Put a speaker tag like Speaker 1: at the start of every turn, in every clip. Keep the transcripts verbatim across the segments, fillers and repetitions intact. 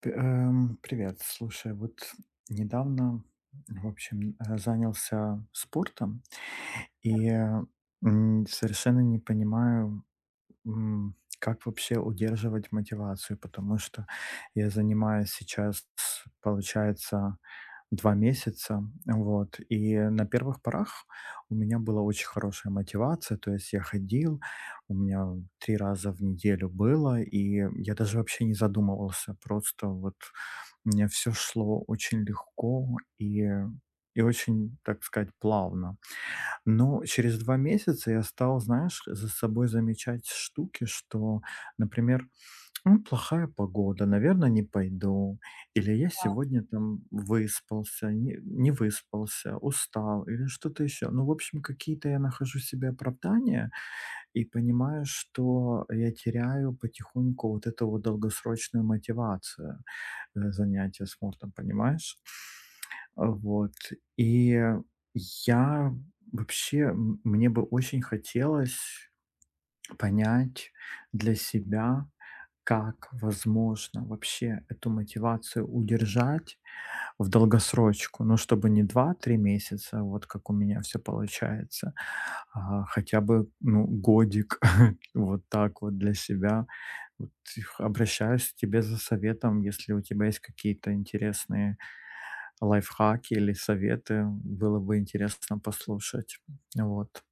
Speaker 1: П- эм, Привет, слушай, вот недавно, в общем, э, занялся спортом и э, м, совершенно не понимаю, м, как вообще удерживать мотивацию, потому что я занимаюсь сейчас, получается, два месяца, вот, и на первых порах у меня была очень хорошая мотивация, то есть я ходил, у меня три раза в неделю было, и я даже вообще не задумывался, просто вот мне все шло очень легко и и очень, так сказать, плавно. Но через два месяца я стал, знаешь, за собой замечать штуки, что, например, ну, плохая погода, наверное, не пойду. Или я
Speaker 2: Да,
Speaker 1: сегодня там выспался, не не выспался, устал или что-то еще. Ну, в общем, какие-то я нахожу себе оправдания и понимаю, что я теряю потихоньку вот эту вот долгосрочную мотивацию э, занятия спортом, понимаешь? А, вот. И я вообще, м, мне бы очень хотелось понять для себя, как возможно вообще эту мотивацию удержать в долгосрочку, ну, чтобы не два-три месяца, а вот как у меня все получается, а хотя бы, ну, годик вот так вот для себя вот их обращаюсь к тебе за советом, если у тебя есть какие-то интересные лайфхаки или советы, было бы интересно послушать. Вот.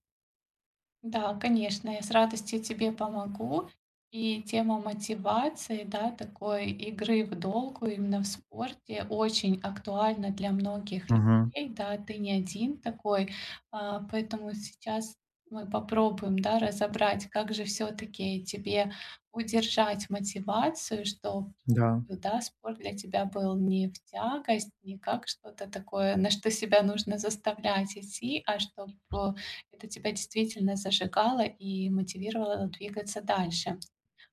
Speaker 2: да, конечно, я с радостью тебе помогу. И тема мотивации, да, такой игры в долгу именно в спорте очень актуальна для многих
Speaker 1: Мгм.
Speaker 2: людей. Да, ты не один такой, а, поэтому сейчас мы попробуем, да, разобрать, как же все-таки тебе удержать мотивацию, что
Speaker 1: Да,
Speaker 2: Да, спорт для тебя был не в тягость, не как что-то такое, на что себя нужно заставлять идти, а чтобы это тебя действительно зажигало и мотивировало двигаться дальше.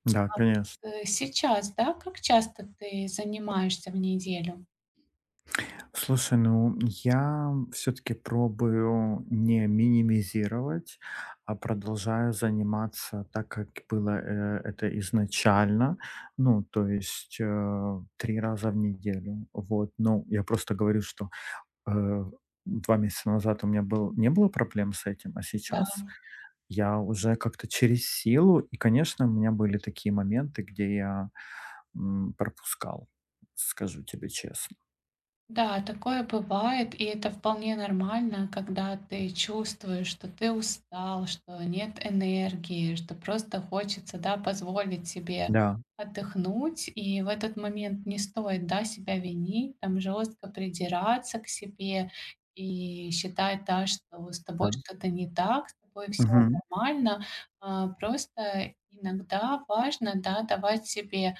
Speaker 1: да,
Speaker 2: А вот,
Speaker 1: конечно.
Speaker 2: э, сейчас, да, как часто ты занимаешься в неделю?
Speaker 1: Слушай, ну я все-таки пробую не минимизировать, а продолжаю заниматься так, как было э, это изначально. Ну, то есть э, три раза в неделю. Вот. Ну, я просто говорю, что э, 2 месяца назад у меня был не было проблем с этим, а сейчас я уже как-то через силу. И, конечно, у меня были такие моменты, где я, м, пропускал, скажу тебе честно.
Speaker 2: Да, такое бывает, и это вполне нормально, когда ты чувствуешь, что ты устал, что нет энергии, что просто хочется, да, позволить себе
Speaker 1: Да,
Speaker 2: отдохнуть. И в этот момент не стоит, да, себя винить, там жестко придираться к себе и считать, да, что с тобой
Speaker 1: да.
Speaker 2: что-то не так, с тобой все
Speaker 1: Мгм,
Speaker 2: нормально. А, просто иногда важно, да, давать себе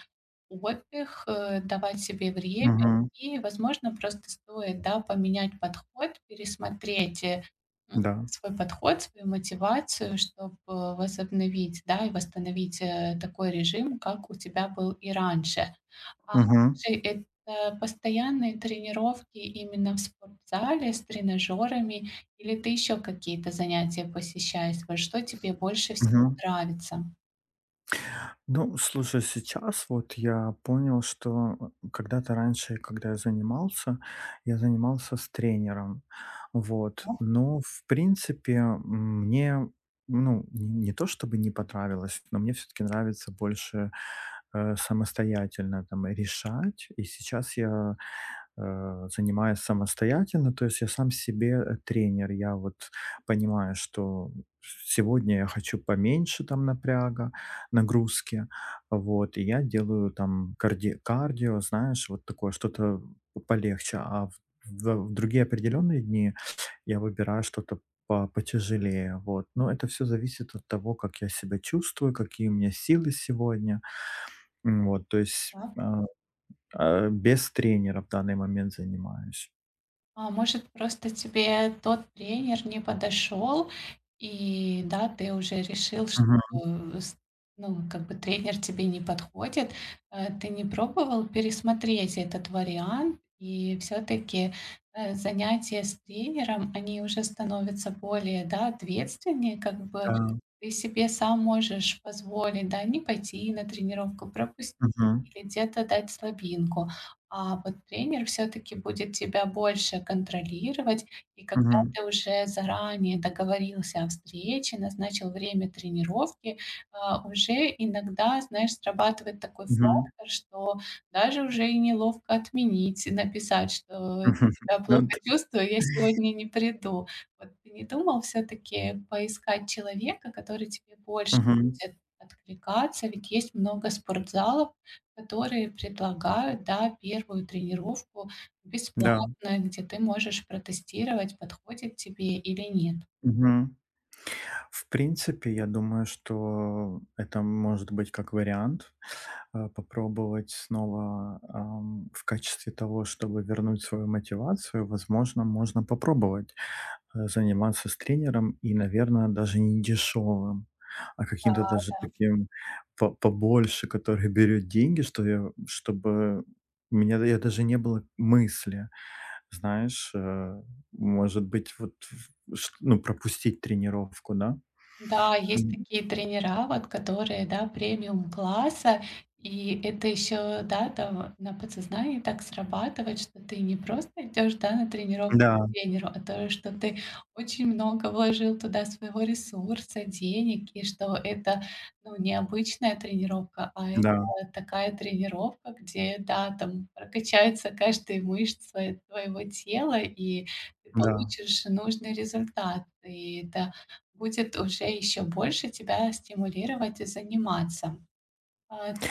Speaker 2: отдых, э, давать себе время
Speaker 1: мгм,
Speaker 2: и, возможно, просто стоит, да, поменять подход, пересмотреть, э, м,
Speaker 1: да.
Speaker 2: свой подход, свою мотивацию, чтобы возобновить, да, и восстановить, э, такой режим, как у тебя был и раньше. А
Speaker 1: Мгм,
Speaker 2: скажи, это постоянные тренировки именно в спортзале с тренажерами или ты еще какие-то занятия посещаешь? Вот что тебе больше всего
Speaker 1: мгм.
Speaker 2: нравится?
Speaker 1: Ну, слушай, сейчас вот я понял, что э, когда-то раньше, когда я занимался, я занимался с тренером. Вот.
Speaker 2: Так,
Speaker 1: Но, в принципе, м, мне, ну, не, не то чтобы не понравилось, но мне все-таки нравится больше э, самостоятельно там решать. И сейчас я э, занимаюсь самостоятельно, то есть я сам себе э, тренер. Я вот понимаю, что сегодня я хочу поменьше там напряга, нагрузки. Вот, и я делаю там карди кардио, знаешь, вот такое что-то п полегче, а в в в другие определенные дни я выбираю что-то по потяжелее, вот. Но это все зависит от того, как я себя чувствую, какие у меня силы сегодня. М, вот, то есть,
Speaker 2: так.
Speaker 1: а, а, без тренера в данный момент занимаюсь.
Speaker 2: А может, просто тебе тот тренер не подошел, и, да, ты уже решил, что,
Speaker 1: Мгм,
Speaker 2: э, с- ну, как бы тренер тебе не подходит. Э, Ты не пробовал пересмотреть этот вариант, и все-таки занятия с тренером, они уже становятся более, да, ответственнее, как бы
Speaker 1: да.
Speaker 2: ты себе сам можешь позволить, да, не пойти на тренировку, пропустить
Speaker 1: Мгм,
Speaker 2: или где-то дать слабинку. А вот тренер все таки будет тебя больше контролировать, и когда
Speaker 1: мгм,
Speaker 2: ты уже заранее договорился о встрече, назначил время тренировки, а, уже иногда, знаешь, срабатывает такой
Speaker 1: мгм,
Speaker 2: фактор, что даже уже и неловко отменить, и написать, что
Speaker 1: мгм.
Speaker 2: я плохо
Speaker 1: Ну да.
Speaker 2: чувствую, я сегодня не приду. Вот ты не думал все таки поискать человека, который тебе больше
Speaker 1: Мгм,
Speaker 2: будет откликаться? Ведь есть много спортзалов, которые предлагают, да, первую тренировку
Speaker 1: да.
Speaker 2: бесплатно, где ты можешь протестировать, подходит тебе или нет.
Speaker 1: Мгм. В принципе, я думаю, что это может быть как вариант. А, попробовать снова, ам, в качестве того, чтобы вернуть свою мотивацию, возможно, можно попробовать, э, заниматься с тренером и, наверное, даже не дешевым, а каким-то даже таким по побольше, который берет деньги, что я чтобы у меня, да, я даже не было мысли, знаешь, э, может быть, вот в ш ну, пропустить тренировку, да?
Speaker 2: Да, есть такие тренера, вот которые, да, премиум класса, и это еще, да, там на подсознании так срабатывает, что ты не просто идешь, да, на тренировку
Speaker 1: Да,
Speaker 2: к тренеру, а то, что ты очень много вложил туда своего ресурса, денег, и что это, ну, не обычная тренировка, а это
Speaker 1: да,
Speaker 2: такая тренировка, где, да, там прокачаются каждые мышцы твоего тела, и ты
Speaker 1: да.
Speaker 2: получишь нужный результат. И это будет уже еще больше тебя стимулировать и заниматься. А, да,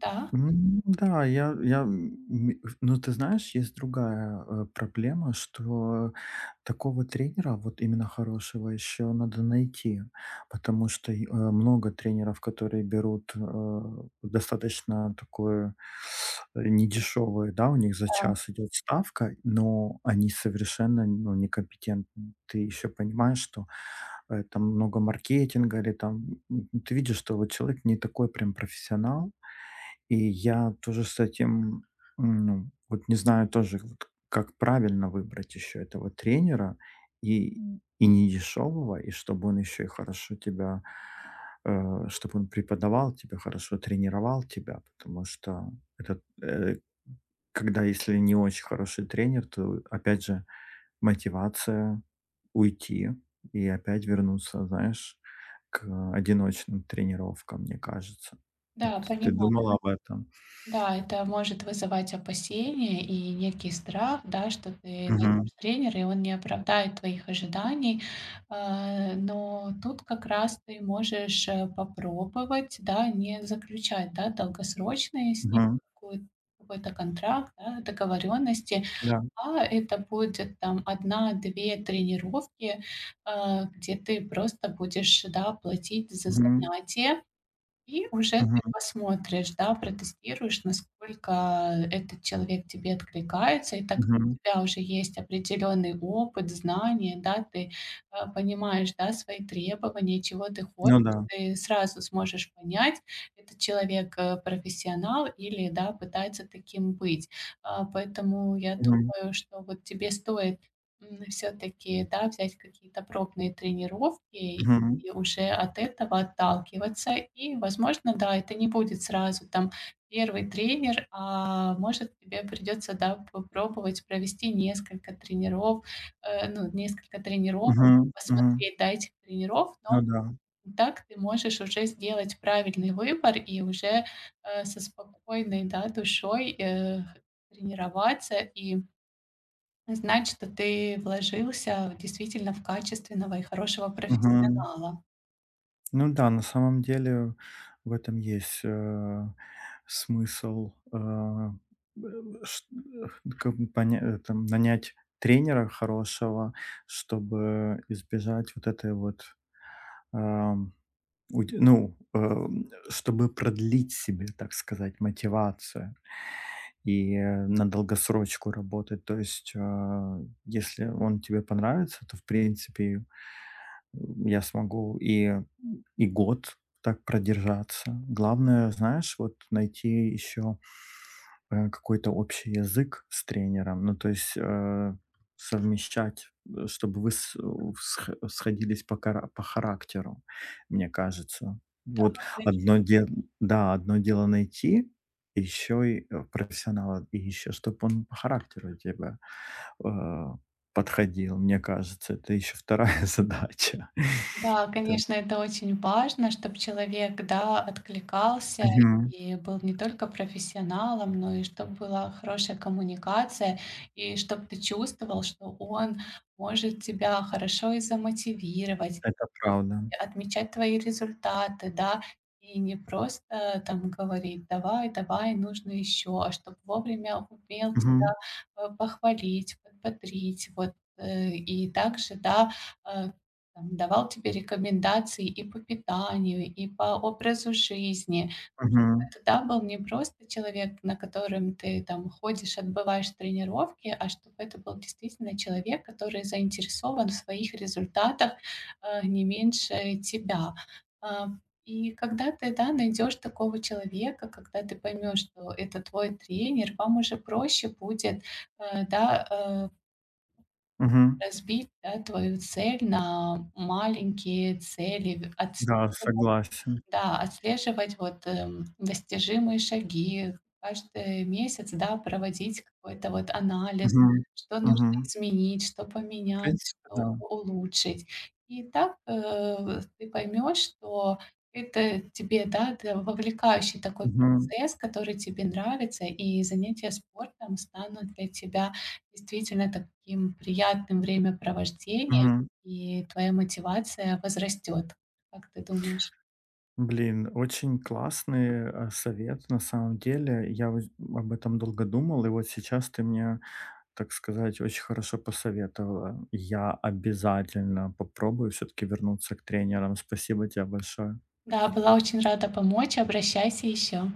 Speaker 2: да,
Speaker 1: М. Да, я я, м, м, ну, ты знаешь, есть другая, э, проблема, что такого тренера, вот именно хорошего, еще надо найти, потому что, и, э, много тренеров, которые берут, э, достаточно такое, э, недешевое, да, у них за час идет ставка, но они совершенно, ну, некомпетентны. Ты еще понимаешь, что, э, там много маркетинга или там, м, ты видишь, что вот человек не такой прям профессионал. И я тоже с этим, м, ну, вот не знаю тоже, вот как правильно выбрать еще этого тренера, и и не дешевого, и чтобы он еще и хорошо тебя, э, чтобы он преподавал тебя, хорошо тренировал тебя, потому что этот, э, когда если не очень хороший тренер, то опять же мотивация уйти и опять вернуться, знаешь, к одиночным тренировкам, мне кажется. Вот
Speaker 2: да,
Speaker 1: ты
Speaker 2: понимаю.
Speaker 1: думала об этом?
Speaker 2: Да, это может вызывать опасения и некий страх, да, что ты
Speaker 1: Мгм,
Speaker 2: найдешь тренера, и он не оправдает твоих ожиданий. А, но тут как раз ты можешь э, попробовать, да, не заключать, да, долгосрочные с ним
Speaker 1: мгм,
Speaker 2: какую- какой-то контракт, да, договоренности,
Speaker 1: да,
Speaker 2: А это будет там одна-две тренировки, а, где ты просто будешь, да, платить за
Speaker 1: мгм,
Speaker 2: занятия. И уже ты
Speaker 1: мгм,
Speaker 2: посмотришь, да, протестируешь, насколько этот человек тебе откликается. И так как
Speaker 1: мгм.
Speaker 2: у тебя уже есть определенный опыт, знания, да, ты, э, понимаешь, да, свои требования, чего ты хочешь,
Speaker 1: Ну да,
Speaker 2: ты сразу сможешь понять, этот человек, э, профессионал или, да, пытается таким быть. А, поэтому я
Speaker 1: мгм,
Speaker 2: думаю, что вот тебе стоит, все таки да, взять какие-то пробные тренировки
Speaker 1: мгм,
Speaker 2: и уже от этого отталкиваться. И, возможно, да, это не будет сразу там первый тренер, а может, тебе придется, да, попробовать провести несколько тренеров, э, ну, несколько тренировок,
Speaker 1: мгм, мгм.
Speaker 2: посмотреть, да, этих тренеров, но
Speaker 1: Ну да,
Speaker 2: так ты можешь уже сделать правильный выбор и уже, э, со спокойной, да, душой, э, тренироваться и знать, что ты вложился действительно в качественного и хорошего
Speaker 1: мгм.
Speaker 2: профессионала.
Speaker 1: Ну да, на самом деле в этом есть, э, смысл, э, э, ш э, как бы поня э, там нанять тренера хорошего, чтобы избежать вот этой вот, эм, Уд ну, э, чтобы продлить себе, так сказать, мотивацию и э, на долгосрочку работать. То есть, э, если он тебе понравится, то, в принципе, я смогу и и год так продержаться. Главное, знаешь, вот найти еще, э, какой-то общий язык с тренером. Ну, то есть, э, совмещать, э, чтобы вы с сх сходились по кара по характеру, мне кажется. Вот одно дело, да, одно дело найти, еще и, э, профессионала, и еще чтобы он по характеру тебя, э подходил, мне кажется. Это еще вторая задача.
Speaker 2: Да,
Speaker 1: Это
Speaker 2: конечно, это очень важно, чтобы человек, да, откликался
Speaker 1: Мгм.
Speaker 2: и был не только профессионалом, но и чтобы была хорошая коммуникация, и чтобы ты чувствовал, что он может тебя хорошо и замотивировать,
Speaker 1: Это правда.
Speaker 2: отмечать твои результаты, да, и не просто там говорить: "Давай, давай, нужно еще", а чтобы вовремя умел тебя,
Speaker 1: Мгм.
Speaker 2: э, похвалить, подбодрить, вот, э. И также, да, э, там давал тебе рекомендации и по питанию, и по образу жизни.
Speaker 1: Мгм.
Speaker 2: Тогда был не просто человек, на котором ты там ходишь, отбываешь тренировки, а чтобы это был действительно человек, который заинтересован в своих результатах, э, не меньше тебя. А, и когда ты, да, найдешь такого человека, когда ты поймешь, что это твой тренер, вам уже проще будет, э, да, э,
Speaker 1: Мгм.
Speaker 2: разбить, да, твою цель на маленькие цели от
Speaker 1: Да, согласен.
Speaker 2: да, отслеживать вот, эм, достижимые шаги, каждый месяц, да, проводить какой-то вот анализ,
Speaker 1: Мгм.
Speaker 2: что нужно
Speaker 1: Мгм.
Speaker 2: изменить, что
Speaker 1: В
Speaker 2: поменять,
Speaker 1: принципе,
Speaker 2: что
Speaker 1: да.
Speaker 2: улучшить. И так, э, ты поймешь, что это тебе, да, это вовлекающий такой
Speaker 1: Мгм.
Speaker 2: процесс, который тебе нравится, и занятия спортом станут для тебя действительно таким приятным времяпровождением,
Speaker 1: Мгм.
Speaker 2: и твоя мотивация возрастет. Как ты думаешь?
Speaker 1: Блин, очень классный, а, совет на самом деле. Я вот об этом долго думал, и вот сейчас ты мне, так сказать, очень хорошо посоветовала. Я обязательно попробую все-таки вернуться к тренерам. Спасибо тебе большое.
Speaker 2: Да, была очень рада помочь. Обращайся еще.